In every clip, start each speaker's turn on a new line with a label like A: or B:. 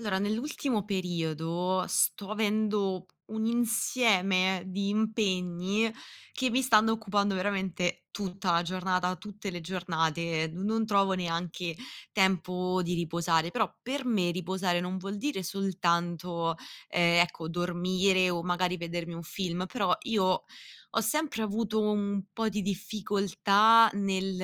A: Allora, nell'ultimo periodo sto avendo un insieme di impegni che mi stanno occupando veramente tutta la giornata, tutte le giornate, non trovo neanche tempo di riposare, però per me riposare non vuol dire soltanto, ecco, dormire o magari vedermi un film, però io ho sempre avuto un po' di difficoltà nel,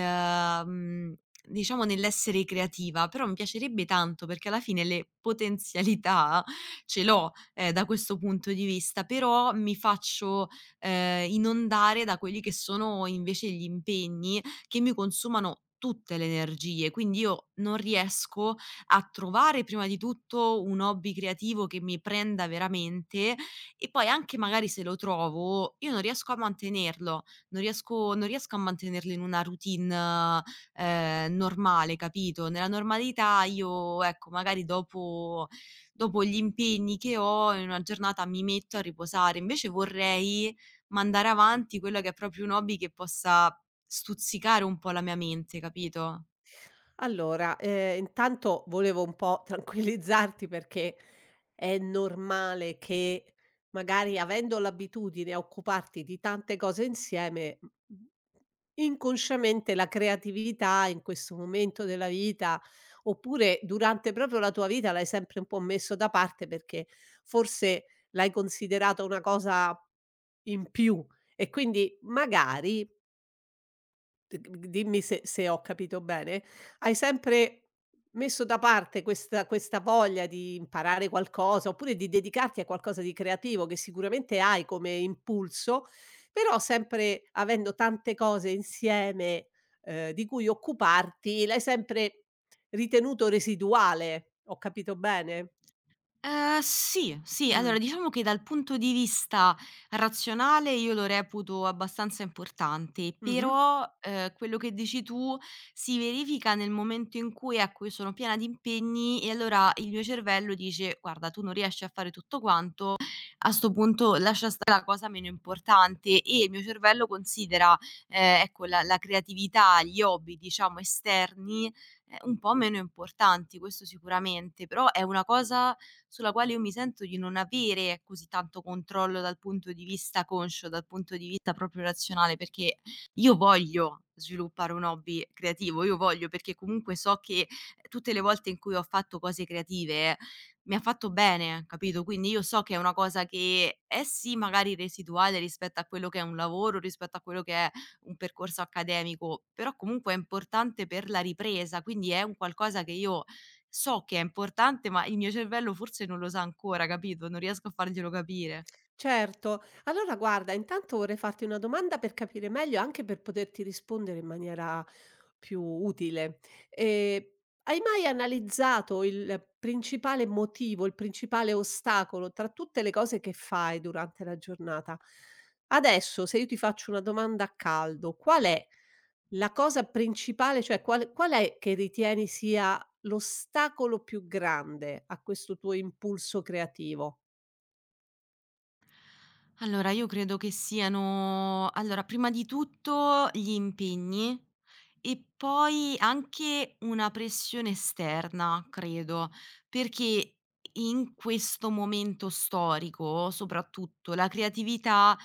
A: mm, Diciamo nell'essere creativa, però mi piacerebbe tanto perché alla fine le potenzialità ce l'ho, da questo punto di vista, però mi faccio, inondare da quelli che sono invece gli impegni che mi consumano tutte le energie, quindi io non riesco a trovare prima di tutto un hobby creativo che mi prenda veramente e poi anche magari se lo trovo, io non riesco a mantenerlo, non riesco a mantenerlo in una routine normale, capito? Nella normalità io, ecco, magari dopo gli impegni che ho in una giornata mi metto a riposare, invece vorrei mandare avanti quello che è proprio un hobby che possa stuzzicare un po' la mia mente, capito?
B: Allora, intanto volevo un po' tranquillizzarti perché è normale che magari avendo l'abitudine a occuparti di tante cose insieme, mhmm, inconsciamente la creatività in questo momento della vita, oppure durante proprio la tua vita l'hai sempre un po' messo da parte perché forse l'hai considerata una cosa in più e quindi magari D d dimmi se ho capito bene, hai sempre messo da parte questa voglia di imparare qualcosa, oppure di dedicarti a qualcosa di creativo che sicuramente hai come impulso, però sempre avendo tante cose insieme, di cui occuparti, l'hai sempre ritenuto residuale. Ho capito bene?
A: Sì, sì. Allora,
B: Mh.
A: diciamo che dal punto di vista razionale io lo reputo abbastanza importante,
B: Mh-mh.
A: però, quello che dici tu si verifica nel momento in cui, ecco, io sono piena di impegni e allora il mio cervello dice: "Guarda, tu non riesci a fare tutto quanto, a 'sto punto lascia stare la cosa meno importante". E il mio cervello considera, ecco, la creatività, gli hobby, diciamo, esterni, un po' meno importanti, questo sicuramente, però è una cosa sulla quale io mi sento di non avere così tanto controllo dal punto di vista conscio, dal punto di vista proprio razionale, perché io voglio sviluppare un hobby creativo, io voglio perché comunque so che tutte le volte in cui ho fatto cose creative mi ha fatto bene, capito? Quindi io so che è una cosa che è sì magari residuale rispetto a quello che è un lavoro, rispetto a quello che è un percorso accademico, però comunque è importante per la ripresa, quindi è un qualcosa che io so che è importante, ma il mio cervello forse non lo sa ancora, capito, non riesco a farglielo capire.
B: Certo. Allora guarda, intanto vorrei farti una domanda per capire meglio, anche per poterti rispondere in maniera più utile. Ehm, hai mai analizzato il principale motivo, il principale ostacolo tra tutte le cose che fai durante la giornata? Adesso, se io ti faccio una domanda a caldo, qual è la cosa principale, cioè qual è che ritieni sia l'ostacolo più grande a questo tuo impulso creativo?
A: Allora, io credo che siano allora, prima di tutto gli impegni e poi anche una pressione esterna, credo, perché in questo momento storico, soprattutto, la creatività,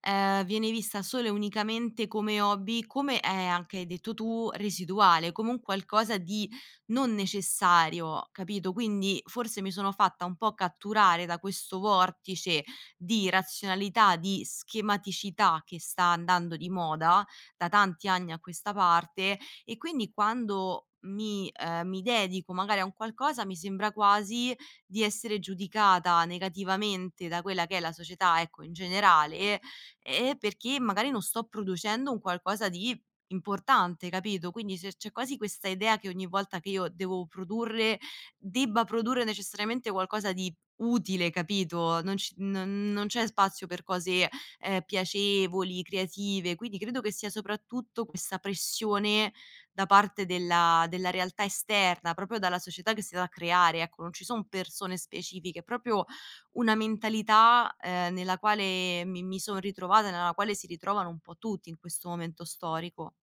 A: viene vista solo e unicamente come hobby, come, anche hai detto tu, residuale, come un qualcosa di non necessario, capito? Quindi forse mi sono fatta un po' catturare da questo vortice di razionalità, di schematicità che sta andando di moda da tanti anni a questa parte e quindi quando mi, mi dedico magari a un qualcosa mi sembra quasi di essere giudicata negativamente da quella che è la società, ecco, in generale, perché magari non sto producendo un qualcosa di importante, capito? Quindi se c'è quasi questa idea che ogni volta che io devo produrre, debba produrre necessariamente qualcosa di utile, capito? Non ci non non c'è spazio per cose, piacevoli, creative, quindi credo che sia soprattutto questa pressione da parte della realtà esterna, proprio dalla società che si va a creare, ecco, non ci son persone specifiche, è proprio una mentalità, nella quale mi son ritrovata, nella quale si ritrovano un po' tutti in questo momento storico.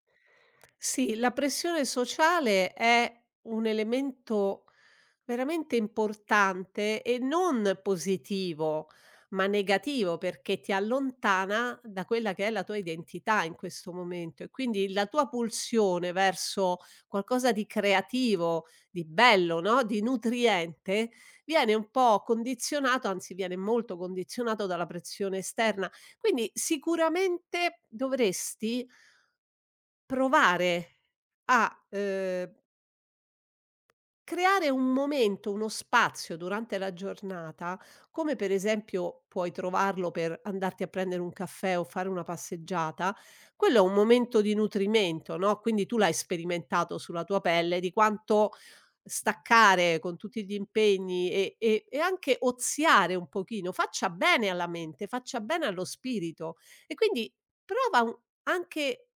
B: Sì, la pressione sociale è un elemento veramente importante e non positivo, ma negativo perché ti allontana da quella che è la tua identità in questo momento e quindi la tua pulsione verso qualcosa di creativo, di bello, no, di nutriente, viene un po' condizionato, anzi viene molto condizionato dalla pressione esterna. Quindi sicuramente dovresti provare a, creare un momento, uno spazio durante la giornata, come per esempio puoi trovarlo per andarti a prendere un caffè o fare una passeggiata, quello è un momento di nutrimento, no, quindi tu l'hai sperimentato sulla tua pelle di quanto staccare con tutti gli impegni e anche oziare un pochino faccia bene alla mente, faccia bene allo spirito e quindi prova un anche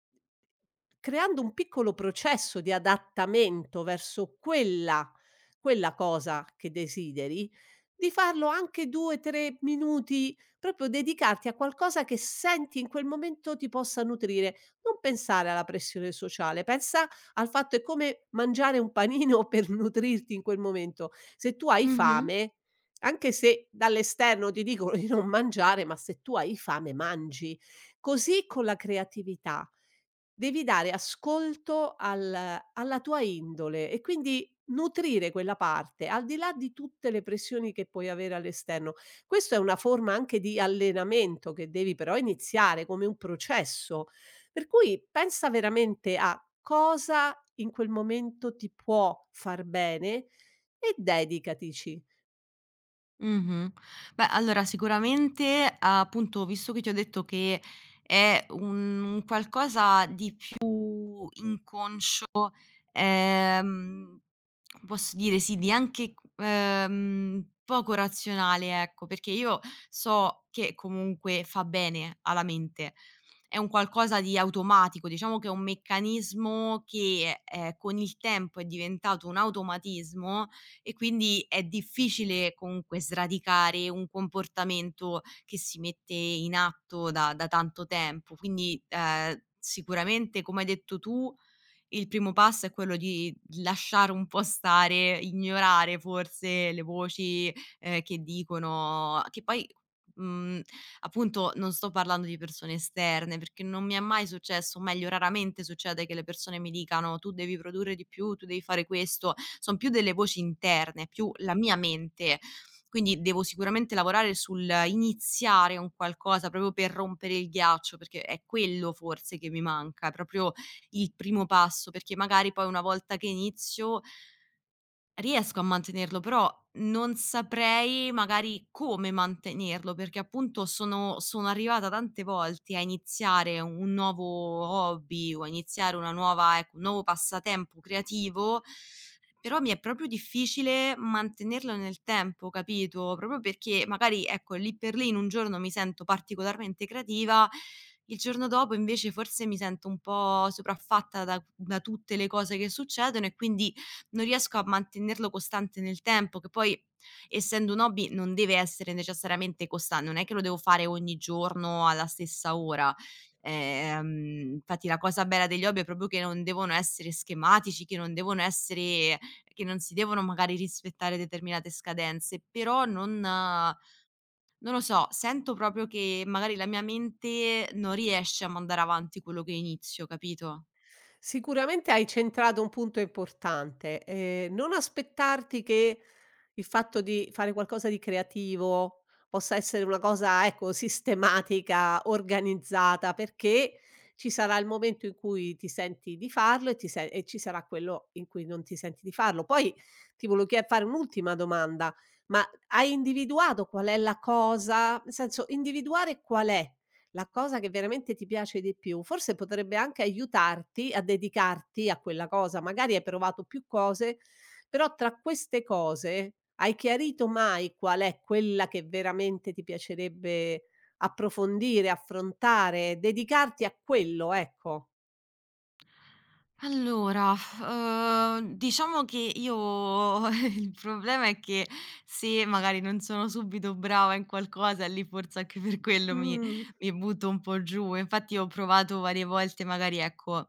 B: creando un piccolo processo di adattamento verso quella cosa che desideri, di farlo anche 2, 3 minuti, proprio dedicarti a qualcosa che senti in quel momento ti possa nutrire. Non pensare alla pressione sociale, pensa al fatto è come mangiare un panino per nutrirti in quel momento. Se tu hai
A: Mh-mh.
B: fame, anche se dall'esterno ti dicono di non mangiare, ma se tu hai fame mangi. Così con la creatività. Devi dare ascolto al alla tua indole e quindi nutrire quella parte, al di là di tutte le pressioni che puoi avere all'esterno. Questo è una forma anche di allenamento che devi però iniziare come un processo. Per cui pensa veramente a cosa in quel momento ti può far bene e dedicatici.
A: Mh-mh. Beh, allora sicuramente, appunto, visto che ti ho detto che è un qualcosa di più inconscio. Ehm, Posso dire sì, di anche, poco razionale, ecco, perché io so che comunque fa bene alla mente. È un qualcosa di automatico, diciamo che è un meccanismo che, con il tempo è diventato un automatismo e quindi è difficile comunque sradicare un comportamento che si mette in atto da tanto tempo. Quindi, sicuramente come hai detto tu, il primo passo è quello di lasciare un po' stare, ignorare forse le voci, che dicono che mhmm, appunto non sto parlando di persone esterne, perché non mi è mai successo, o meglio raramente succede che le persone mi dicano: "Tu devi produrre di più, tu devi fare questo." Son più delle voci interne, più la mia mente. Quindi devo sicuramente lavorare sul iniziare un qualcosa proprio per rompere il ghiaccio, perché è quello forse che mi manca, proprio il primo passo, perché magari poi una volta che inizio, riesco a mantenerlo, però non saprei magari come mantenerlo, perché appunto sono arrivata tante volte a iniziare un nuovo hobby o a iniziare una nuova ecco, un nuovo passatempo creativo, però mi è proprio difficile mantenerlo nel tempo, capito? Proprio perché magari, ecco, lì per lì in un giorno mi sento particolarmente creativa, il giorno dopo invece forse mi sento un po' sopraffatta da tutte le cose che succedono e quindi non riesco a mantenerlo costante nel tempo, che poi essendo un hobby non deve essere necessariamente costan non è che lo devo fare ogni giorno alla stessa ora. Infatti la cosa bella degli hobby è proprio che non devono essere schematici, che non si devono magari rispettare determinate scadenze, però non non lo so, sento proprio che magari la mia mente non riesce a mandare avanti quello che inizio, capito?
B: Sicuramente hai centrato un punto importante, non aspettarti che il fatto di fare qualcosa di creativo possa essere una cosa, ecco, sistematica, organizzata, perché ci sarà il momento in cui ti senti di farlo e ti se e ci sarà quello in cui non ti senti di farlo. Poi ti volevo chie fare un'ultima domanda: ma hai individuato qual è la cosa nel senso, individuare qual è la cosa che veramente ti piace di più, forse potrebbe anche aiutarti a dedicarti a quella cosa. Magari hai provato più cose, però tra queste cose hai chiarito mai qual è quella che veramente ti piacerebbe approfondire, affrontare, dedicarti a quello, ecco.
A: Allora, diciamo che io il problema è che se magari non sono subito brava in qualcosa, lì forse anche per quello mi
B: Mh.
A: butto un po' giù. Infatti ho provato varie volte magari, ecco,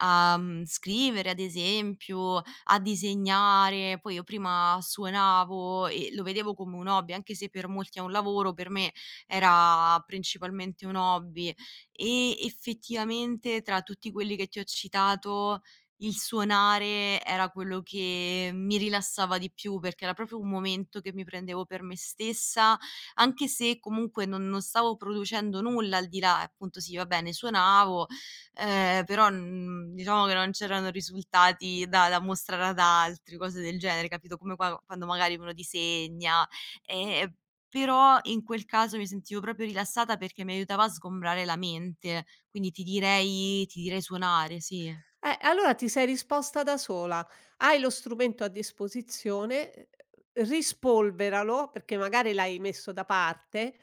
A: a, scrivere ad esempio, a disegnare. Poi io prima suonavo e lo vedevo come un hobby, anche se per molti è un lavoro, per me era principalmente un hobby. E effettivamente tra tutti quelli che ti ho citato, il suonare era quello che mi rilassava di più, perché era proprio un momento che mi prendevo per me stessa, anche se comunque non stavo producendo nulla al di là appunto sì, va bene, suonavo, però, diciamo che non c'erano risultati da mostrare ad altri, cose del genere, capito, come qua quando magari uno disegna, ehm però in quel caso mi sentivo proprio rilassata perché mi aiutava a sgombrare la mente, quindi ti direi suonare, sì.
B: Allora ti sei risposta da sola. Hai lo strumento a disposizione, rispolveralo, perché magari l'hai messo da parte,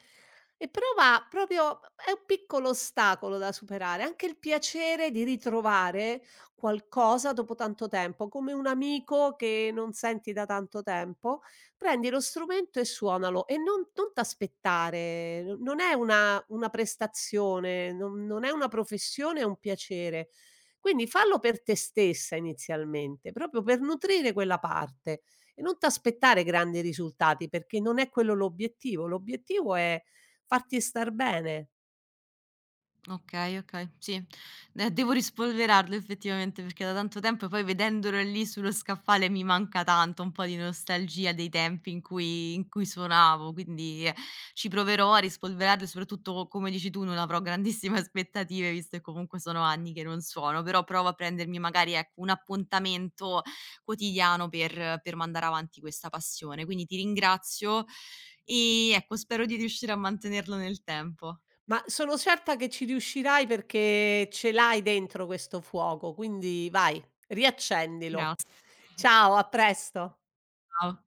B: e prova proprio è un piccolo ostacolo da superare, anche il piacere di ritrovare qualcosa dopo tanto tempo, come un amico che non senti da tanto tempo, prendi lo strumento e suonalo e non t'aspettare, no non è una prestazione, non è una professione, è un piacere. Quindi fallo per te stessa inizialmente, proprio per nutrire quella parte e non t'aspettare grandi risultati, perché non è quello l'obiettivo. L'obiettivo è farti star bene.
A: Okay, okay, sì. Devo rispolverarlo effettivamente perché da tanto tempo e poi vedendolo lì sullo scaffale mi manca tanto, un po' di nostalgia dei tempi in cui suonavo, quindi ci proverò a rispolverarlo e soprattutto, come dici tu, non avrò grandissime aspettative visto che comunque sono anni che non suono, però provo a prendermi magari, ecco, un appuntamento quotidiano per mandare avanti questa passione. Quindi ti ringrazio e ecco, spero di riuscire a mantenerlo nel tempo.
B: Ma sono certa che ci riuscirai perché ce l'hai dentro questo fuoco, quindi vai, riaccendilo.
A: Grazie,
B: Ciao, a presto.
A: ciao.